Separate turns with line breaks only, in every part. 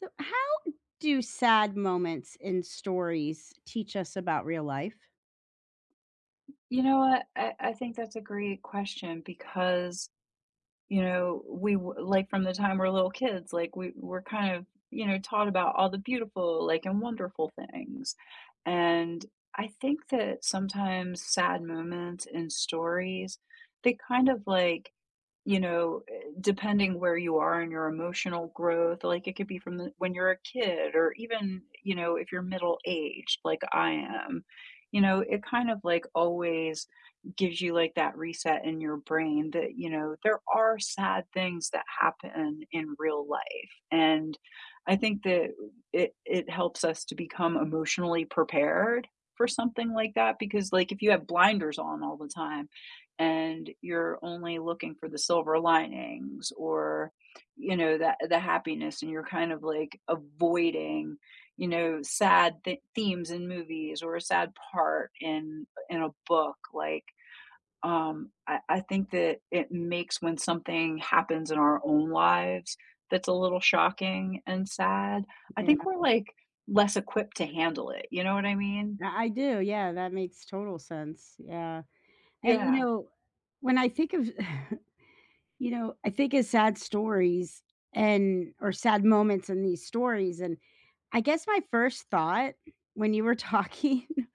So, how do sad moments in stories teach us about real life?
You know what? I think that's a great question because, we w- like from the time we're little kids, like we're kind of, taught about all the beautiful, like and wonderful things. And I think that sometimes sad moments in stories, they kind of like, depending where you are in your emotional growth, like it could be from the, when you're a kid or even, if you're middle aged, like I am, it kind of like always gives you like that reset in your brain that you know there are sad things that happen in real life and I think that it helps us to become emotionally prepared for something like that because like if you have blinders on all the time and you're only looking for the silver linings or that the happiness and you're kind of like avoiding sad themes in movies or a sad part in a book like I think that it makes when something happens in our own lives that's a little shocking and sad, I
Yeah,
think we're like less equipped to handle it. You know what I mean?
I do. Yeah, that makes total sense. Yeah. And, you
Yeah.
know, when I think of, you know, I think of sad stories and, or sad moments in these stories. And I guess my first thought when you were talking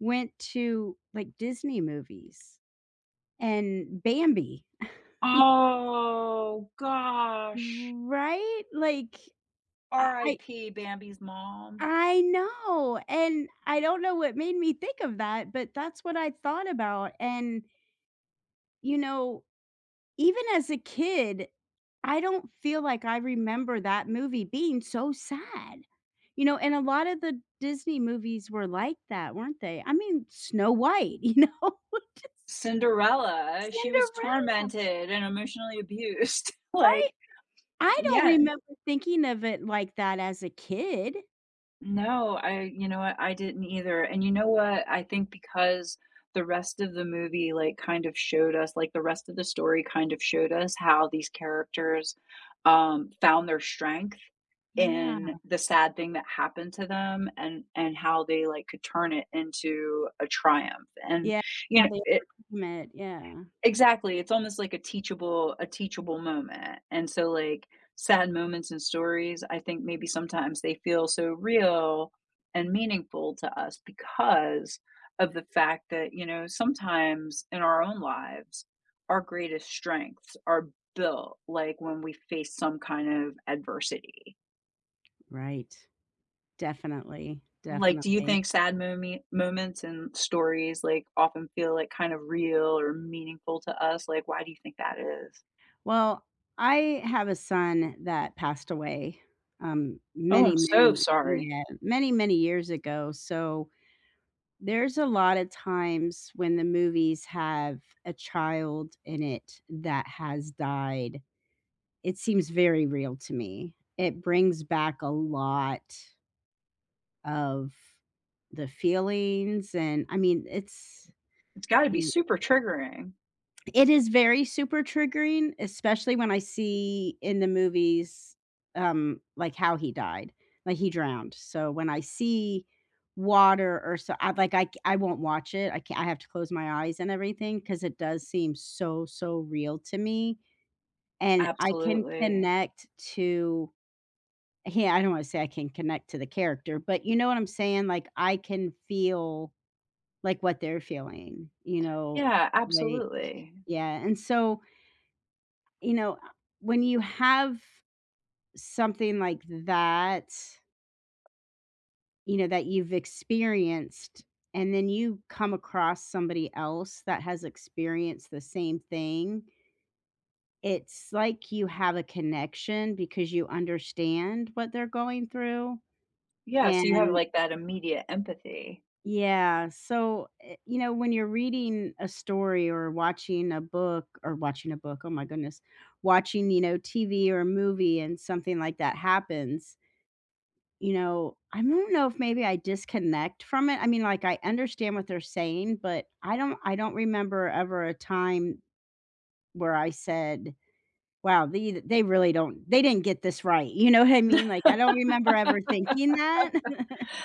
went to like Disney movies and Bambi.
Oh gosh.
Right? Like, I,
R.I.P. Bambi's mom.
I know, and I don't know what made me think of that, but that's what I thought about, and, you know, even as a kid, I don't feel like I remember that movie being so sad, you know, and a lot of the Disney movies were like that, weren't they? I mean, Snow White, you know, just
Cinderella, she was
Cinderella,
tormented and emotionally abused.
right?
like,
I don't
yeah,
remember thinking of it like that as a kid.
No, I I didn't either, and you know what, I think because the rest of the movie, like, kind of showed us like, the rest of the story kind of showed us how these characters, found their strength
Yeah.
in the sad thing that happened to them and how they, like, could turn it into a triumph, and,
Yeah,
you
how
know,
they
it
overcame it, yeah.
Exactly, it's almost like a teachable moment, and so, like, sad moments and stories, I think maybe sometimes they feel so real and meaningful to us because of the fact that, sometimes in our own lives, our greatest strengths are built, like, when we face some kind of adversity.
Right. Definitely,
Like, do you
definitely.
think sad momi moments and stories, like, often feel, like, kind of real or meaningful to us? Like, why do you think that is?
Well, I have a son that passed away,
Oh,
many,
I'm so
many
sorry.
yeah, many, many years ago, so there's a lot of times when the movies have a child in it that has died. It seems very real to me. It brings back a lot of the feelings and I mean, it's
It's gotta be super triggering.
it is very super triggering, especially when I see in the movies, like, how he died, like, he drowned, so when I see water or so I like, I won't watch it, I can't. I have to close my eyes and everything because it does seem so, so real to me, and I can
Absolutely.
connect to yeah, I don't wanna say I can connect to the character, but you know what I'm saying? Like, I can feel, like, what they're feeling, you know?
Yeah,
Like
absolutely.
yeah, and so you know, when you have something like that, you know, that you've experienced, and then you come across somebody else that has experienced the same thing, it's like you have a connection because you understand what they're going through.
Yeah, so you have,
And
like, that immediate empathy.
yeah, so, you know, when you're reading a story or watching a book or watching a book, oh my goodness, watching, you know, TV or a movie and something like that happens. You know, I don't know if maybe I disconnect from it. I mean, like, I understand what they're saying, but I don't remember ever a time where I said, "Wow, they really don't they didn't get this right." You know what I mean? Like, I don't remember ever thinking that.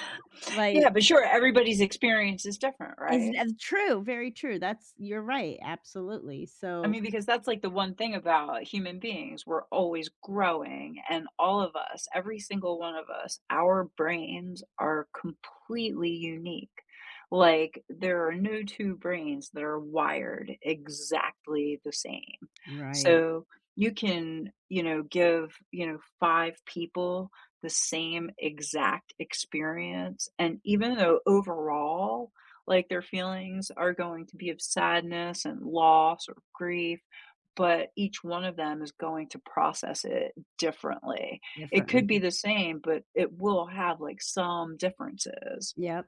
Like,
Yeah, but sure, everybody's experience is different,
is
right?
true, very true. That's you're right, absolutely.
I
So
mean, because that's like the one thing about human beings, we're always growing, and all of us, every single one of us, our brains are completely unique. Like, there are no two brains that are wired exactly the same.
right,
So, you can, give, five people the same exact experience. And even though overall like, their feelings are going to be of sadness and loss or grief, but each one of them is going to process it differently. It could be
differently.
the same, but it will have, like, some differences.
Yep.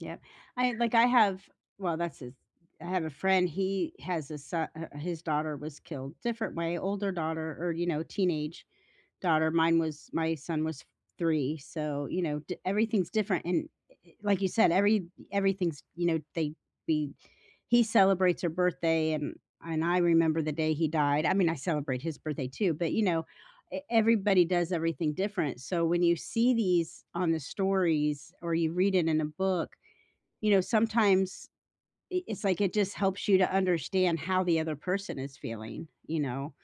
Yep. I like, I have well, that's his I have a friend, he has a son h his daughter was killed, different way, older daughter or, you know, teenage daughter. Mine was my son was 3, so, you know, d everything's different, and I like you said, every everything's you know, they we he celebrates her birthday, and I remember the day he died. I mean, I celebrate his birthday too, but, you know, e everybody does everything different, so when you see these on the stories or you read it in a book, you know, sometimes I it's like it just helps you to understand how the other person is feeling, you know?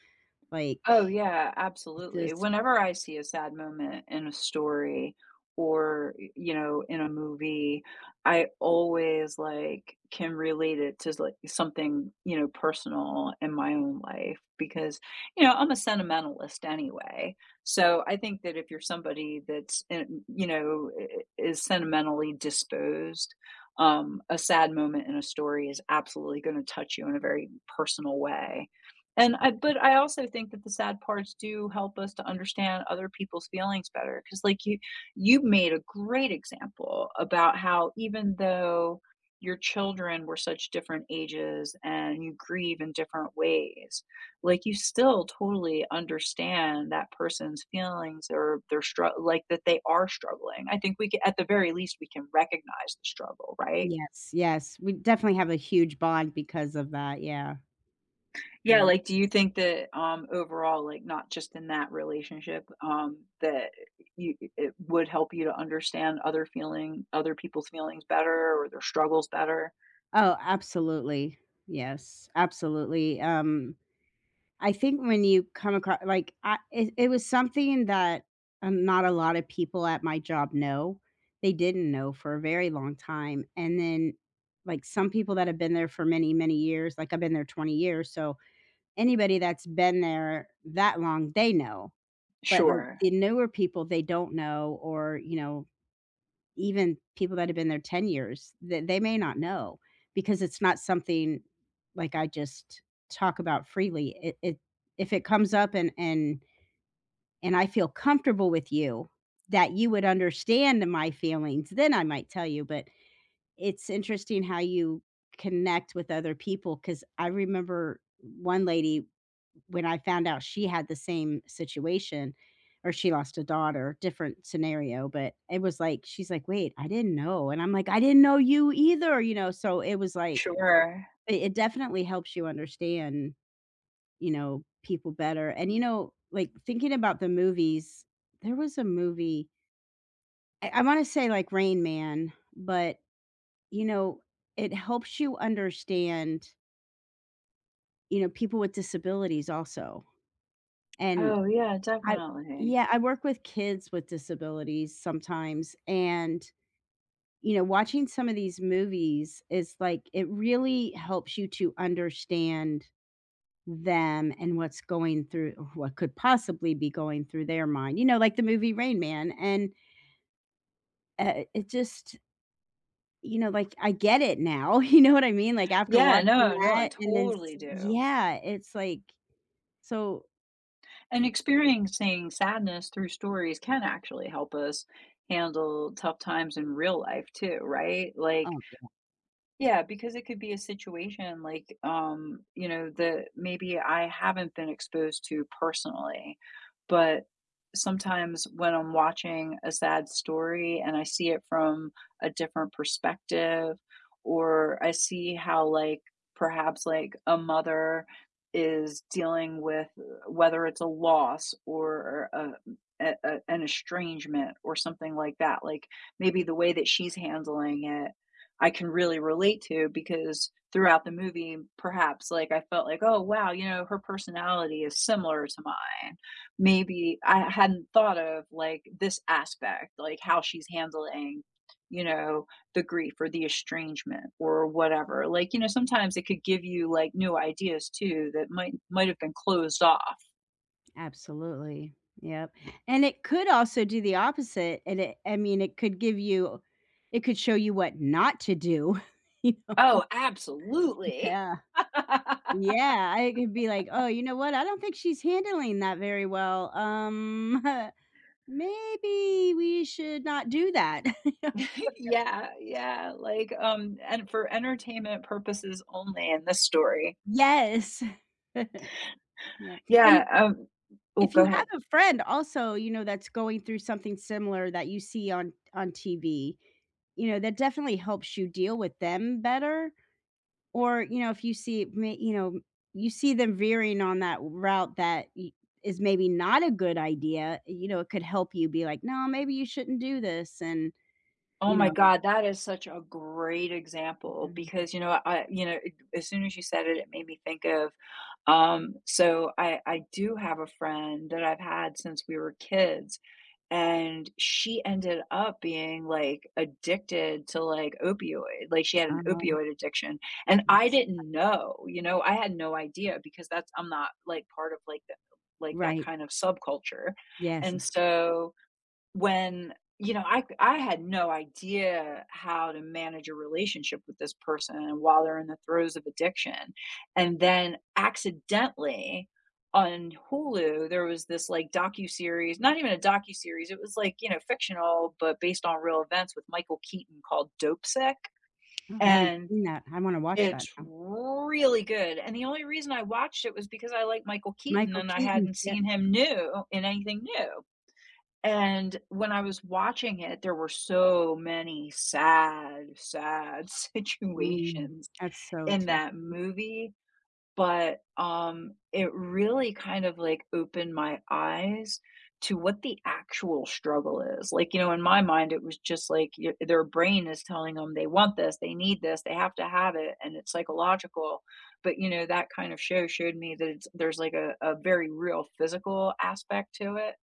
Like,
Oh, yeah,
it
absolutely.
just
Whenever I see a sad moment in a story or, y you know, in a movie, I always, like, can relate it to, like, something, personal in my own life because, I'm a sentimentalist anyway. So, I think that if you're somebody that's, in you know, I is sentimentally disposed, a sad moment in a story is absolutely gonna touch you in a very personal way. And I but I also think that the sad parts do help us to understand other people's feelings better. Because, like, you made a great example about how even though your children were such different ages and you grieve in different ways, like, you still totally understand that person's feelings or their struggle, like, that they are struggling. I think we ca at the very least, we can recognize the struggle, right?
yes, yes. We definitely have a huge bond because of that, yeah,
Yeah,
yeah.
like, do you think that, overall, like, not just in that relationship, that you it would help you to understand other people's feelings better or their struggles better?
Oh, absolutely. Yes, absolutely. I think when you come across like, I it was something that, not a lot of people at my job know. They didn't know for a very long time, and then, like, some people that have been there for many, many years like, I've been there 20 years, so anybody that's been there that long, they know, but, like,
Sure.
the newer people, they don't know or, you know, even people that have been there 10 years, they may not know because it's not something, like, I just talk about freely. It if it comes up and I feel comfortable with you, that you would understand my feelings, then I might tell you, but it's interesting how you connect with other people because I remember one lady, when I found out she had the same situation or she lost a daughter, different scenario, but it was like she's like, "Wait, I didn't know," and I'm like, "I didn't know you either," you know, so it was like
Sure.
it definitely helps you understand, you know, people better, and, you know, like, thinking about the movies, there was a movie I wanna say, like, Rain Man, but you know, it helps you understand, you know, people with disabilities also. And
Oh, yeah,
I
definitely.
yeah, I work with kids with disabilities sometimes and you know, watching some of these movies is like it really helps you to understand them and what's going through or what could possibly be going through their mind. You know, like the movie Rain Man and it just you know, like, I get it now, you know what I mean? Like, after
Yeah,
watching
no, no, I
that and then s
totally do.
yeah, it's like so
And experiencing sadness through stories can actually help us handle tough times in real life too, right? Like,
oh,
Yeah, because it could be a situation like, you know, that maybe I haven't been exposed to personally. But sometimes when I'm watching a sad story and I see it from a different perspective, or I see how, like, perhaps like a mother is dealing with whether it's a loss or an estrangement or something like that, like maybe the way that she's handling it I can really relate to because throughout the movie, perhaps like I felt like, oh wow, you know, her personality is similar to mine. Maybe I hadn't thought of like this aspect, like how she's handling, you know, the grief or the estrangement or whatever. Like, you know, sometimes it could give you like new ideas too that might have been closed off.
absolutely, yep, and it could also do the opposite, and it I mean, it could give you it could show you what not to do, you know?
Oh, absolutely.
Yeah, yeah, I could be like, "Oh, you know what? I don't think she's handling that very well, maybe we should not do that."
yeah, yeah. Like, and for entertainment purposes only in this story,
Yes. Yeah, and
Yeah, Oh,
if
go
you have
ahead.
a friend also, you know, that's going through something similar that you see on TV, you know, that definitely helps you deal with them better, or, you know, if you see ma you know, you see them veering on that route that y is maybe not a good idea, you know, it could help you be like, "No, maybe you shouldn't do this," and,
Oh
you
my
know,
god, that is such a great example
mm,
because, you know, it as soon as you said it, it made me think of, so I do have a friend that I've had since we were kids, and she ended up being, like, addicted to, like, opioid like, she had an
uh,
opioid addiction, and I
that's
didn't know, you know, I had no idea because that's I'm not, like, part of, like, the like, that
right.
kind of subculture,
Yes.
and so when you know I had no idea how to manage a relationship with this person and while they're in the throes of addiction and then accidentally on Hulu there was this like docu-series not even a docu-series it was like you know fictional but based on real events with Michael Keaton called Dope Sick
Oh, I haven't
and
seen that. I wanna watch that
it's
now.
really good and the only reason I watched it was because I like Michael Keaton
Michael
and I
Keaton,
hadn't
yeah.
seen him new in anything new and when I was watching it, there were so many sad, sad
Mm,
situations
that's so
in
ter
that movie, but, it really kind of, like, opened my eyes to what the actual struggle is. Like, you know, in my mind, it was just like y their brain is telling them they want this, they need this, they have to have it, and it's psychological. But, you know, that kind of showed me that it's there's, like, a very real physical aspect to it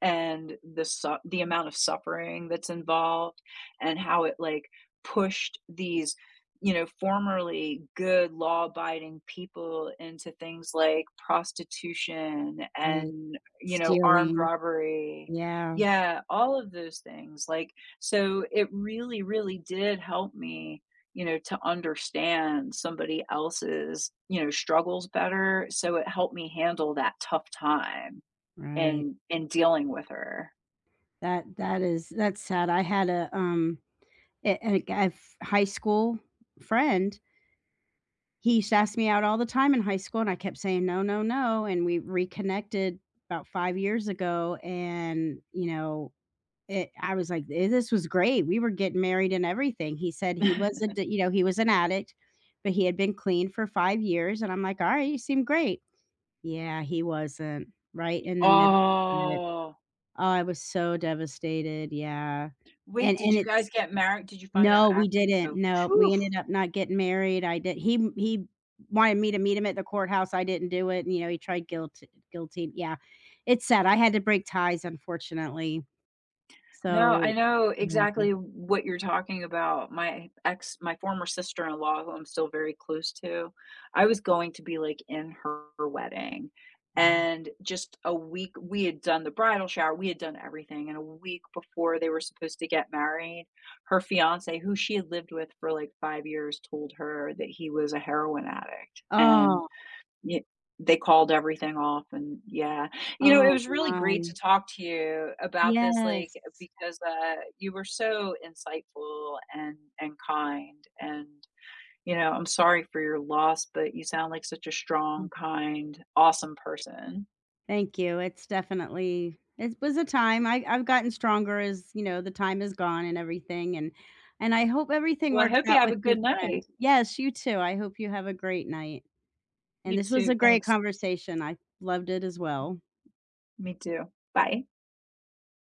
and the amount of suffering that's involved and how it, like, pushed these, formerly good law-abiding people into things like prostitution
right.
and, you know, armed
Stealing.
robbery.
Yeah,
Yeah, all of those things, like, so it really, really did help me, to understand somebody else's, struggles better, so it helped me handle that tough time
right.
in dealing with her.
That that is that's sad. I had a, a high school friend, he used to ask me out all the time in high school, and I kept saying, "No, no, no," and we reconnected about 5 years ago, and, you know, it I was like, "Eh, this was great. We were getting married and everything." He said he was a d you know, he was an addict, but he had been clean for 5 years, and I'm like, "Alright, you seem great." Yeah, he wasn't right in the middle
Oh.
oh, I was so devastated, yeah.
Wait,
And
did
and
you
it's
guys get married? Did you find out
no, we
after you
didn't,
oh,
no, we
phew.
ended up not getting married, I did he m he wanted me to meet him at the courthouse, I didn't do it, and, you know, he tried guilt guilty yeah. It's sad, I had to break ties, unfortunately,
No, I
so
know
yeah.
exactly what you're talking about. My former sister-in-law, who I'm still very close to, I was going to be, like, in her wedding,
Mm.
and just a week we had done the bridal shower, we had done everything, and a week before they were supposed to get married, her fiancé, who she had lived with for, like, 5 years, told her that he was a heroin addict, and
Oh,
Ye they called everything off and yeah. You know, it
oh
was really great
my.
to talk to you about this, like,
Yes.
because, you were so insightful and kind, and, you know, I'm sorry for your loss, but you sound like such a strong, kind, awesome person.
Thank you. It's definitely it was a time. I've gotten stronger as, you know, the time is gone and everything and I hope everything
Well, I
works
hope you
out
have
with
a
your
good
friend.
night.
Yes, you too. I hope you have a great night. And
You
this was
too,
a great
thanks.
conversation. I loved it as well.
Me too. Bye.